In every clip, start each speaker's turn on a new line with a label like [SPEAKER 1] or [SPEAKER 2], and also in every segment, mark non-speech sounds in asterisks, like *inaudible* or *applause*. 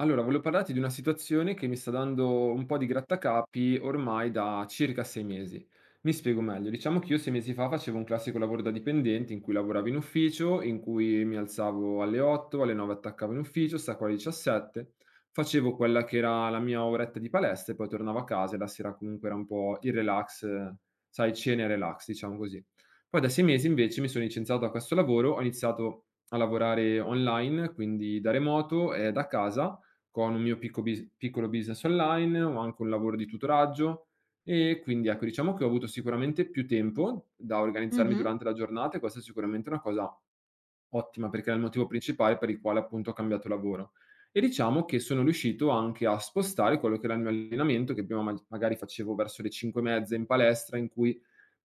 [SPEAKER 1] Allora, volevo parlarti di una situazione che mi sta dando un po' di grattacapi ormai da circa 6 mesi. Mi spiego meglio, diciamo che io 6 mesi fa facevo un classico lavoro da dipendente in cui lavoravo in ufficio, in cui mi alzavo alle 8, alle 9 attaccavo in ufficio, stacco alle 17, facevo quella che era la mia oretta di palestra e poi tornavo a casa e la sera comunque era un po' il relax, sai, cena e relax, diciamo così. Poi da 6 mesi invece mi sono licenziato da questo lavoro, ho iniziato a lavorare online, quindi da remoto e da casa con un mio piccolo business online, ho anche un lavoro di tutoraggio e quindi ecco, diciamo che ho avuto sicuramente più tempo da organizzarmi
[SPEAKER 2] Mh-mh,
[SPEAKER 1] durante la giornata e questa è sicuramente una cosa ottima perché era il motivo principale per il quale appunto ho cambiato lavoro. E diciamo che sono riuscito anche a spostare quello che era il mio allenamento, che prima ma magari facevo verso le 5 e mezza in palestra, in cui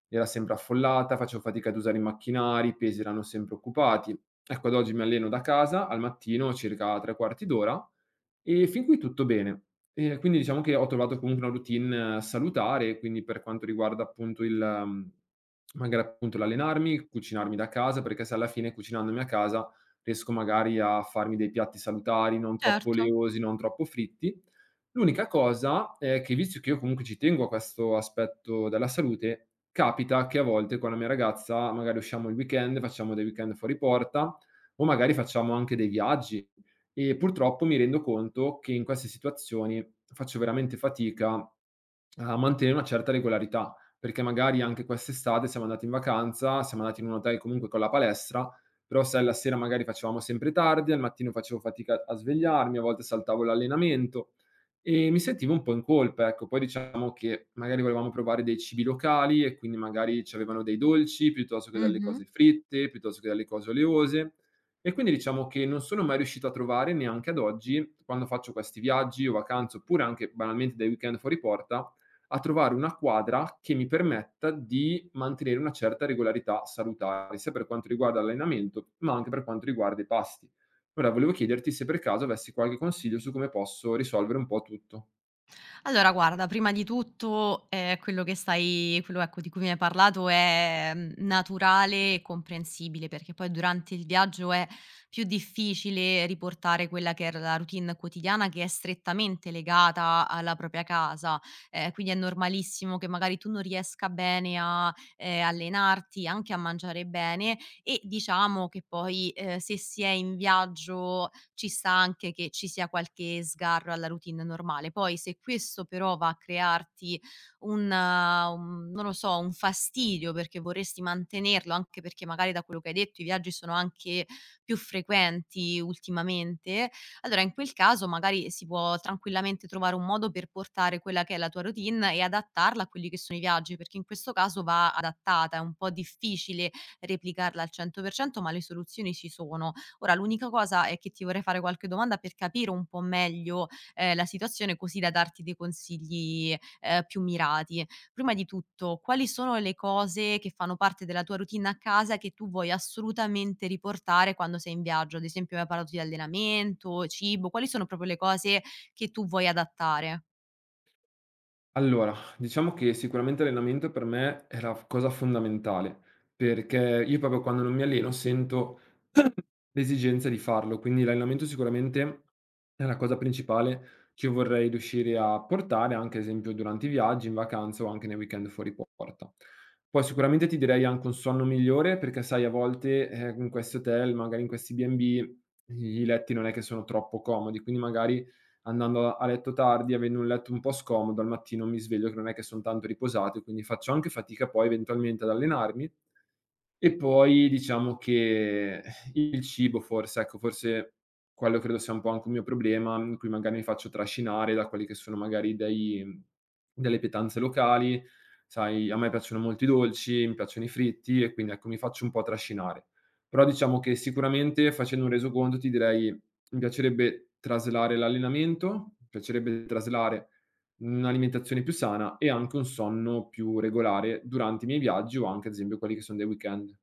[SPEAKER 1] era sempre affollata, facevo fatica ad usare i macchinari, i pesi erano sempre occupati. Ecco, ad oggi mi alleno da casa al mattino circa 3/4 d'ora e fin qui tutto bene. Quindi diciamo che ho trovato comunque una routine salutare, quindi per quanto riguarda appunto il magari appunto l'allenarmi, cucinarmi da casa, perché se alla fine cucinandomi a casa riesco magari a farmi dei piatti salutari, non troppo
[SPEAKER 2] certo.
[SPEAKER 1] oleosi, non troppo fritti. L'unica cosa è che visto che io comunque ci tengo a questo aspetto della salute, capita che a volte con la mia ragazza magari usciamo il weekend, facciamo dei weekend fuori porta o magari facciamo anche dei viaggi. E purtroppo mi rendo conto che in queste situazioni faccio veramente fatica a mantenere una certa regolarità, perché magari anche quest'estate siamo andati in vacanza, siamo andati in un hotel comunque con la palestra, però sai la sera magari facevamo sempre tardi, al mattino facevo fatica a svegliarmi, a volte saltavo l'allenamento e mi sentivo un po' in colpa, ecco. Poi diciamo che magari volevamo provare dei cibi locali e quindi magari c'avevano dei dolci piuttosto che delle
[SPEAKER 2] Mh-mh.
[SPEAKER 1] cose fritte, piuttosto che delle cose oleose e quindi diciamo che non sono mai riuscito a trovare neanche ad oggi, quando faccio questi viaggi o vacanze, oppure anche banalmente dei weekend fuori porta, a trovare una quadra che mi permetta di mantenere una certa regolarità salutare, sia per quanto riguarda l'allenamento, ma anche per quanto riguarda i pasti. Ora volevo chiederti se per caso avessi qualche consiglio su come posso risolvere un po' tutto.
[SPEAKER 2] Allora guarda, prima di tutto, quello che stai quello ecco, di cui mi hai parlato è, naturale e comprensibile, perché poi durante il viaggio è più difficile riportare quella che era la routine quotidiana che è strettamente legata alla propria casa. Quindi è normalissimo che magari tu non riesca bene a, allenarti, anche a mangiare bene e diciamo che poi, se si è in viaggio ci sta anche che ci sia qualche sgarro alla routine normale. Poi se questo però va a crearti un eh, un non lo so, un fastidio perché vorresti mantenerlo, anche perché magari da quello che hai detto i viaggi sono anche più frequenti ultimamente, allora in quel caso magari si può tranquillamente trovare un modo per portare quella che è la tua routine e adattarla a quelli che sono i viaggi, perché in questo caso va adattata, è un po' difficile replicarla al 100%, ma le soluzioni ci sono. Ora l'unica cosa è che ti vorrei fare qualche domanda per capire un po' meglio, la situazione così da darti dei consigli, più mirati. Prima di tutto, quali sono le cose che fanno parte della tua routine a casa che tu vuoi assolutamente riportare quando sei in viaggio? Ad esempio, mi hai parlato di allenamento, cibo, quali sono proprio le cose che tu vuoi adattare?
[SPEAKER 1] Allora, diciamo che sicuramente l'allenamento per me è la cosa fondamentale, perché io proprio quando non mi alleno sento l'esigenza di farlo, quindi l'allenamento sicuramente è la cosa principale che io vorrei riuscire a portare anche, ad esempio, durante i viaggi, in vacanza o anche nei weekend fuori porta. Poi sicuramente ti direi anche un sonno migliore perché sai a volte, in questi hotel, magari in questi B&B, i letti non è che sono troppo comodi, quindi magari andando a letto tardi, avendo un letto un po' scomodo, al mattino mi sveglio che non è che son tanto riposato e quindi faccio anche fatica poi eventualmente ad allenarmi. E poi diciamo che il cibo forse, ecco, forse quello credo sia un po' anche un mio problema, in cui magari mi faccio trascinare da quelli che sono magari dei delle pietanze locali. Sai, a me piacciono molto i dolci, mi piacciono i fritti e quindi, ecco, mi faccio un po' trascinare. Però diciamo che sicuramente facendo un resoconto ti direi: mi piacerebbe traslare l'allenamento, mi piacerebbe traslare un'alimentazione più sana e anche un sonno più regolare durante i miei viaggi o anche ad esempio quelli che sono dei weekend.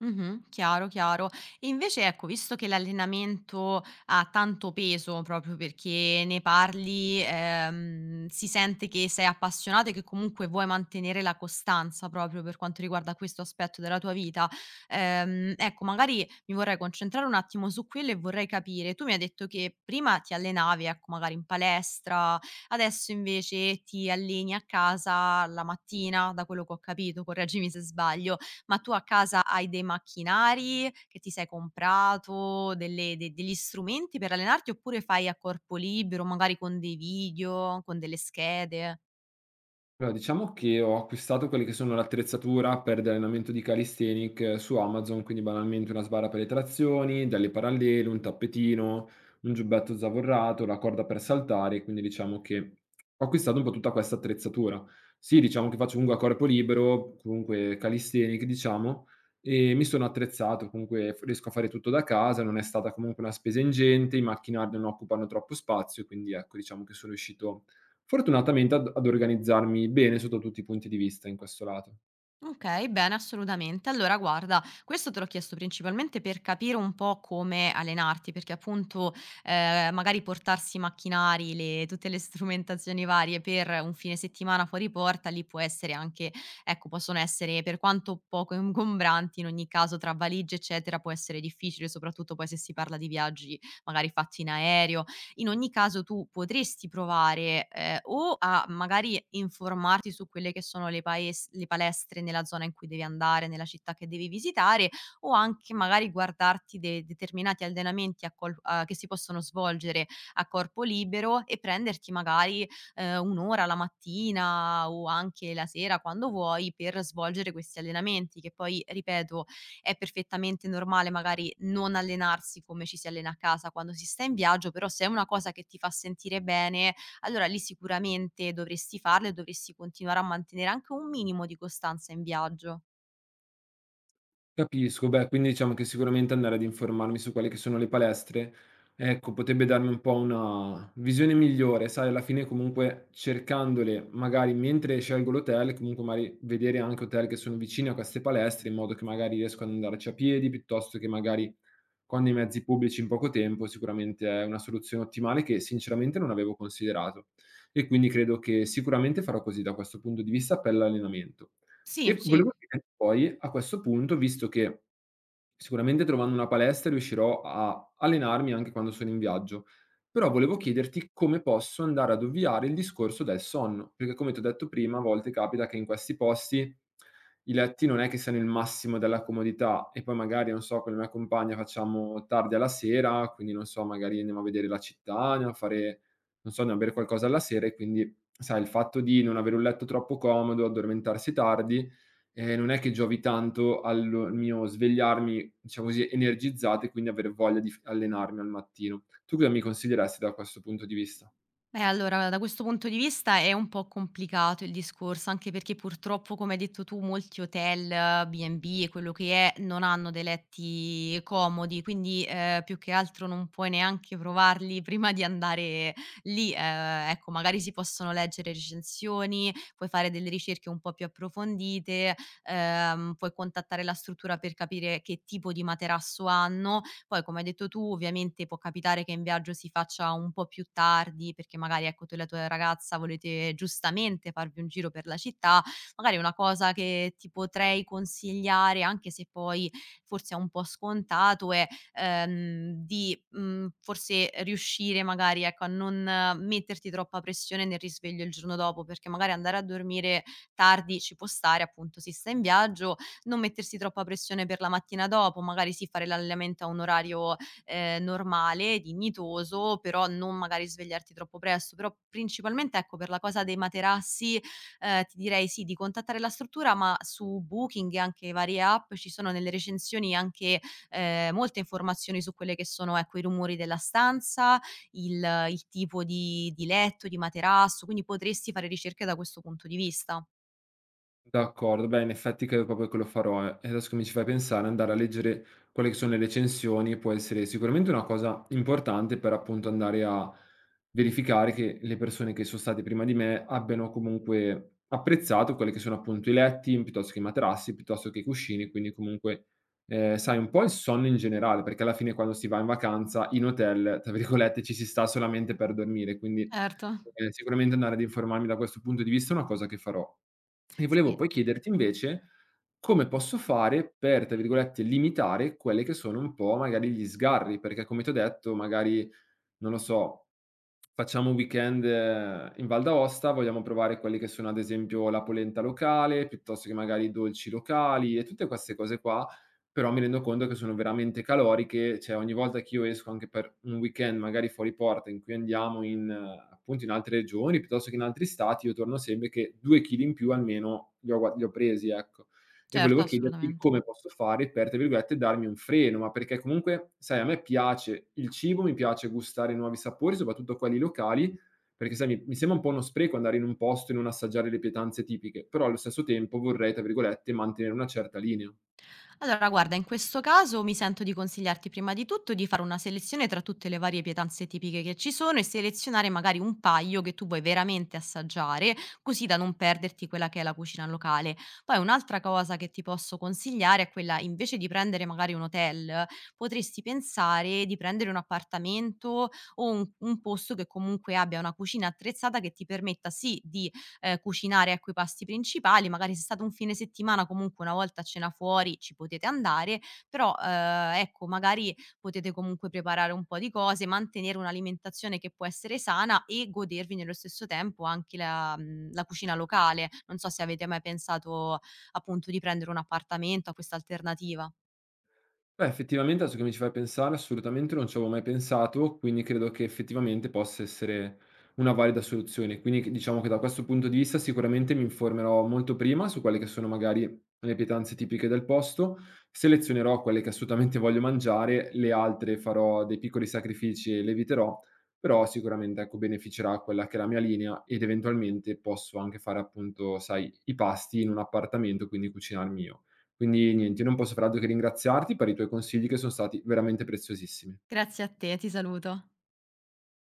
[SPEAKER 2] Mh-mh. Chiaro, chiaro. E invece ecco, visto che l'allenamento ha tanto peso proprio perché ne parli, si sente che sei appassionato e che comunque vuoi mantenere la costanza proprio per quanto riguarda questo aspetto della tua vita, ecco magari mi vorrei concentrare un attimo su quello e vorrei capire, tu mi hai detto che prima ti allenavi, ecco, magari in palestra, adesso invece ti alleni a casa la mattina, da quello che ho capito, correggimi se sbaglio ma tu a casa hai dei macchinari che ti sei comprato, delle de degli strumenti per allenarti, oppure fai a corpo libero, magari con dei video, con delle schede?
[SPEAKER 1] Allora, diciamo che ho acquistato quelle che sono l'attrezzatura per dell'allenamento di calisthenic su Amazon, quindi banalmente una sbarra per le trazioni, delle parallele, un tappetino, un giubbetto zavorrato, la corda per saltare, quindi diciamo che ho acquistato un po' tutta questa attrezzatura. Sì, diciamo che faccio comunque a corpo libero, comunque calisthenic, diciamo, e mi sono attrezzato, comunque riesco a fare tutto da casa, non è stata comunque una spesa ingente, i macchinari non occupano troppo spazio, quindi ecco, diciamo che sono riuscito fortunatamente ad organizzarmi bene sotto tutti i punti di vista in questo lato.
[SPEAKER 2] Okay, bene, assolutamente. Allora guarda, questo te l'ho chiesto principalmente per capire un po' come allenarti, perché appunto, magari portarsi i macchinari, le tutte le strumentazioni varie per un fine settimana fuori porta, lì può essere anche ecco, possono essere per quanto poco ingombranti, in ogni caso tra valigie eccetera, può essere difficile, soprattutto poi se si parla di viaggi magari fatti in aereo. In ogni caso tu potresti provare, o a magari informarti su quelle che sono le palestre nella zona in cui devi andare, nella città che devi visitare, o anche magari guardarti de determinati allenamenti a col a che si possono svolgere a corpo libero e prenderti magari, 1 ora la mattina o anche la sera quando vuoi per svolgere questi allenamenti che poi, ripeto, è perfettamente normale magari non allenarsi come ci si allena a casa quando si sta in viaggio, però se è una cosa che ti fa sentire bene, allora lì sicuramente dovresti farla e dovresti continuare a mantenere anche un minimo di costanza in viaggio.
[SPEAKER 1] Capisco, beh, quindi diciamo che sicuramente andare ad informarmi su quelle che sono le palestre, ecco, potrebbe darmi un po' una visione migliore, sai, alla fine comunque cercandole, magari mentre scelgo l'hotel, comunque magari vedere anche hotel che sono vicini a queste palestre, in modo che magari riesco ad andarci a piedi, piuttosto che magari con dei mezzi pubblici in poco tempo sicuramente è una soluzione ottimale che sinceramente non avevo considerato e quindi credo che sicuramente farò così da questo punto di vista per l'allenamento.
[SPEAKER 2] Sì,
[SPEAKER 1] E
[SPEAKER 2] sì.
[SPEAKER 1] volevo chiederti poi a questo punto, visto che sicuramente trovando una palestra riuscirò a allenarmi anche quando sono in viaggio. Però volevo chiederti come posso andare ad ovviare il discorso del sonno, perché come ti ho detto prima, a volte capita che in questi posti i letti non è che siano il massimo della comodità e poi magari, non so, con la mia compagna facciamo tardi alla sera, quindi non so, magari andiamo a vedere la città, andiamo a fare, non so, andiamo a bere qualcosa alla sera e quindi, sai, il fatto di non avere un letto troppo comodo, addormentarsi tardi, non è che giovi tanto al mio svegliarmi diciamo così, energizzata e quindi avere voglia di allenarmi al mattino. Tu cosa mi consiglieresti da questo punto di vista?
[SPEAKER 2] Beh, allora da questo punto di vista è un po' complicato il discorso, anche perché purtroppo, come hai detto tu, molti hotel, B&B e quello che è, non hanno dei letti comodi, quindi, più che altro non puoi neanche provarli *laughs* prima di andare lì. Ecco, magari si possono leggere recensioni, puoi fare delle ricerche un po' più approfondite, puoi contattare la struttura per capire che tipo di materasso hanno, poi come hai detto tu ovviamente può capitare che in viaggio si faccia un po' più tardi perché magari ecco tu e la tua ragazza volete giustamente farvi un giro per la città, magari una cosa che ti potrei consigliare, anche se poi forse è un po' scontato, è, di, forse riuscire magari ecco a non metterti troppa pressione nel risveglio il giorno dopo, perché magari andare a dormire tardi ci può stare, appunto si sta in viaggio, non mettersi troppa pressione per la mattina dopo, magari sì fare l'allenamento a un orario, normale, dignitoso, però non magari svegliarti troppo presto. Però principalmente, ecco, per la cosa dei materassi, ti direi sì, di contattare la struttura, ma su Booking e anche varie app ci sono nelle recensioni anche, molte informazioni su quelle che sono, ecco, i rumori della stanza, il tipo di letto, di materasso, quindi potresti fare ricerche da questo punto di vista.
[SPEAKER 1] D'accordo, beh in effetti credo proprio che lo farò, eh. E adesso che mi ci fai pensare, andare a leggere quelle che sono le recensioni può essere sicuramente una cosa importante per appunto andare a verificare che le persone che sono state prima di me abbiano comunque apprezzato quelli che sono appunto i letti, piuttosto che i materassi, piuttosto che i cuscini, quindi comunque, sai un po' il sonno in generale, perché alla fine quando si va in vacanza in hotel, tra virgolette, "ci si sta" solamente per dormire, quindi,
[SPEAKER 2] Certo.
[SPEAKER 1] sicuramente andare ad informarmi da questo punto di vista è una cosa che farò. E volevo
[SPEAKER 2] Sì,
[SPEAKER 1] poi chiederti invece come posso fare per, tra virgolette, "limitare" quelle che sono un po' magari gli sgarri, perché come t'ho detto magari non lo so, facciamo un weekend in Val d'Aosta, vogliamo provare quelli che sono, ad esempio, la polenta locale, piuttosto che magari i dolci locali e tutte queste cose qua, però mi rendo conto che sono veramente caloriche, cioè ogni volta che io esco anche per un weekend magari fuori porta in cui andiamo in appunto in altre regioni, piuttosto che in altri stati, io torno sempre che 2 chili in più almeno li ho presi, ecco e
[SPEAKER 2] certo,
[SPEAKER 1] volevo chiederti
[SPEAKER 2] assolutamente.
[SPEAKER 1] come posso fare per, tra virgolette, "darmi un freno", ma perché comunque, sai, a me piace il cibo, mi piace gustare nuovi sapori, soprattutto quelli locali, perché sai, mi sembra un po' uno spreco andare in un posto e non assaggiare le pietanze tipiche, però allo stesso tempo vorrei, tra virgolette, mantenere una certa linea.
[SPEAKER 2] Allora, guarda, in questo caso mi sento di consigliarti prima di tutto di fare una selezione tra tutte le varie pietanze tipiche che ci sono e selezionare magari un paio che tu vuoi veramente assaggiare, così da non perderti quella che è la cucina locale. Poi un'altra cosa che ti posso consigliare è quella, invece di prendere magari un hotel, potresti pensare di prendere un appartamento o un posto che comunque abbia una cucina attrezzata che ti permetta sì di cucinare, ecco, i pasti principali. Magari se è stato un fine settimana comunque una volta a cena fuori ci potete andare, però, ecco, magari potete comunque preparare un po' di cose, mantenere un'alimentazione che può essere sana e godervi nello stesso tempo anche la cucina locale. Non so se avete mai pensato appunto di prendere un appartamento, a questa alternativa.
[SPEAKER 1] Beh, effettivamente adesso che mi ci fai pensare, assolutamente non ci avevo mai pensato, quindi credo che effettivamente possa essere una valida soluzione. Diciamo che da questo punto di vista sicuramente mi informerò molto prima su quelle che sono magari le pietanze tipiche del posto, selezionerò quelle che assolutamente *laughs* voglio mangiare, le altre farò dei piccoli sacrifici e le eviterò, però sicuramente ecco, beneficerà quella che è la mia linea ed eventualmente posso anche fare appunto, sai, i pasti in un appartamento, quindi cucinarmi io. Quindi niente, io non posso far altro che ringraziarti per i tuoi consigli che sono stati veramente preziosissimi.
[SPEAKER 2] Grazie a te, ti saluto.